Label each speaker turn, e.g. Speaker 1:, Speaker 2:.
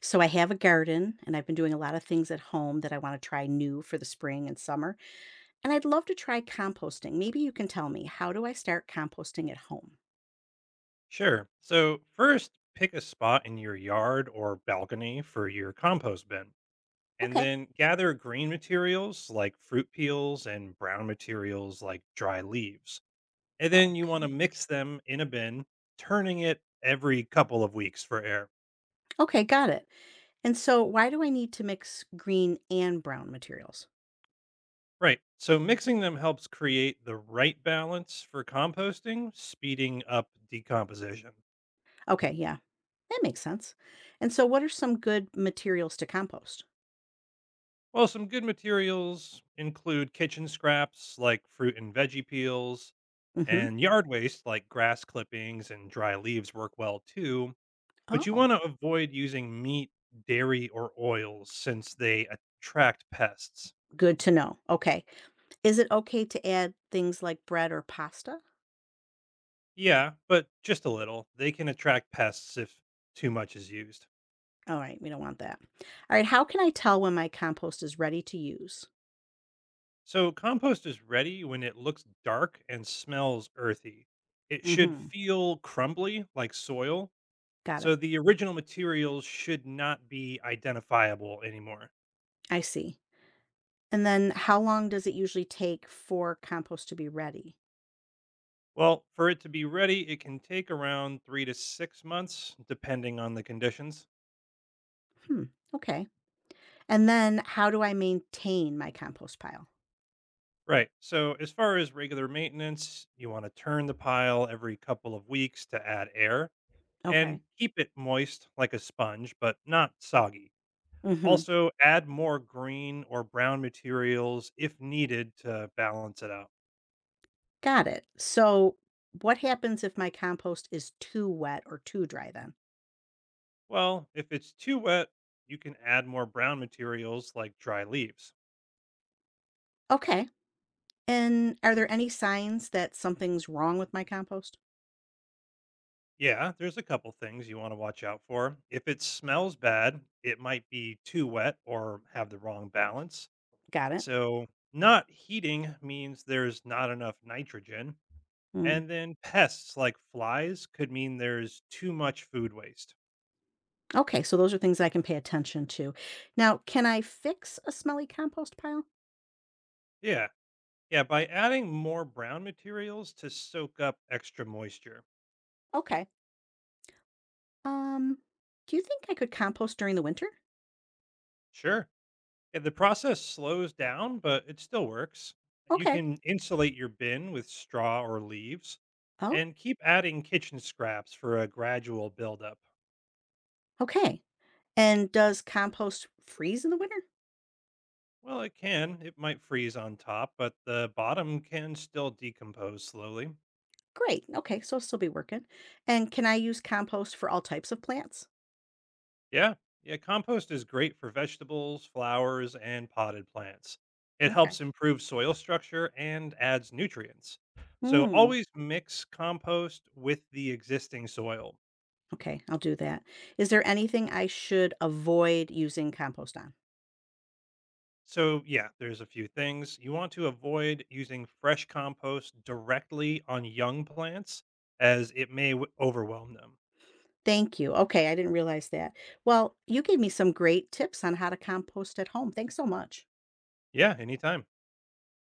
Speaker 1: So I have a garden and I've been doing a lot of things at home that I want to try new for the spring and summer. And I'd love to try composting. Maybe you can tell me, how do I start composting at home?
Speaker 2: Sure. So, first, pick a spot in your yard or balcony for your compost bin, and
Speaker 1: Okay.
Speaker 2: then gather green materials like fruit peels and brown materials like dry leaves. And
Speaker 1: Oh,
Speaker 2: then you want
Speaker 1: okay.
Speaker 2: to mix them in a bin, turning it every couple of weeks for air.
Speaker 1: Okay, got it. And so why do I need to mix green and brown materials?
Speaker 2: Right. So, mixing them helps create the right balance for composting, speeding up decomposition.
Speaker 1: Okay, yeah. That makes sense. And so what are some good materials to compost?
Speaker 2: Well, some good materials include kitchen scraps like fruit and veggie peels,
Speaker 1: Mhm.
Speaker 2: and yard waste like grass clippings and dry leaves work well too, but you
Speaker 1: Oh,
Speaker 2: want to avoid using meat, dairy, or oils since they attract pests.
Speaker 1: good to know. Okay. Is it okay to add things like bread or pasta?
Speaker 2: Yeah, but just a little. They can attract pests if too much is used.
Speaker 1: All right, we don't want that. All right, how can I tell when my compost is ready to use?
Speaker 2: So compost is ready when it looks dark and smells earthy. It should
Speaker 1: Hmm.
Speaker 2: feel crumbly like soil,
Speaker 1: Got it.
Speaker 2: so the original materials should not be identifiable anymore.
Speaker 1: I see. And then how long does it usually take for compost to be ready?
Speaker 2: Well, for it to be ready, it can take around 3 to 6 months, depending on the conditions.
Speaker 1: Hmm. Okay. And then how do I maintain my compost pile?
Speaker 2: Right. So, as far as regular maintenance, you want to turn the pile every couple of weeks to add air
Speaker 1: Okay.
Speaker 2: and keep it moist like a sponge, but not soggy.
Speaker 1: Hmm.
Speaker 2: Also, add more green or brown materials if needed to balance it out.
Speaker 1: Got it. So what happens if my compost is too wet or too dry then?
Speaker 2: Well, if it's too wet, you can add more brown materials like dry leaves.
Speaker 1: Okay. And are there any signs that something's wrong with my compost?
Speaker 2: Yeah, there's a couple things you want to watch out for. If it smells bad, it might be too wet or have the wrong balance.
Speaker 1: Got
Speaker 2: So, not heating means there's not enough nitrogen.
Speaker 1: it.
Speaker 2: And then pests like flies could mean there's too much food waste.
Speaker 1: Okay, so those are things I can pay attention to. Now, can I fix a smelly compost pile?
Speaker 2: Yeah. Yeah. By adding more brown materials to soak up extra moisture.
Speaker 1: Okay. Um, do you think I could compost during the winter?
Speaker 2: Sure. Yeah, the process slows down, but it still works. You
Speaker 1: Okay.
Speaker 2: can insulate your bin with straw or leaves
Speaker 1: Oh,
Speaker 2: and keep adding kitchen scraps for a gradual buildup.
Speaker 1: okay. And does compost freeze in the winter?
Speaker 2: Well, it can. It might freeze on top, but the bottom can still decompose slowly.
Speaker 1: Great. Okay, so it'll still be working. And can I use compost for all types of plants?
Speaker 2: Yeah. Yeah. Compost is great for vegetables, flowers, and potted plants. It
Speaker 1: Okay.
Speaker 2: helps improve soil structure and adds nutrients. So
Speaker 1: Hmm.
Speaker 2: always mix compost with the existing soil.
Speaker 1: Okay, I'll do that. Is there anything I should avoid using compost on?
Speaker 2: So, yeah, there's a few things. You want to avoid using fresh compost directly on young plants as it may overwhelm them.
Speaker 1: Thank you. Okay, I didn't realize that. Well, you gave me some great tips on how to compost at home. Thanks so much.
Speaker 2: Yeah, anytime.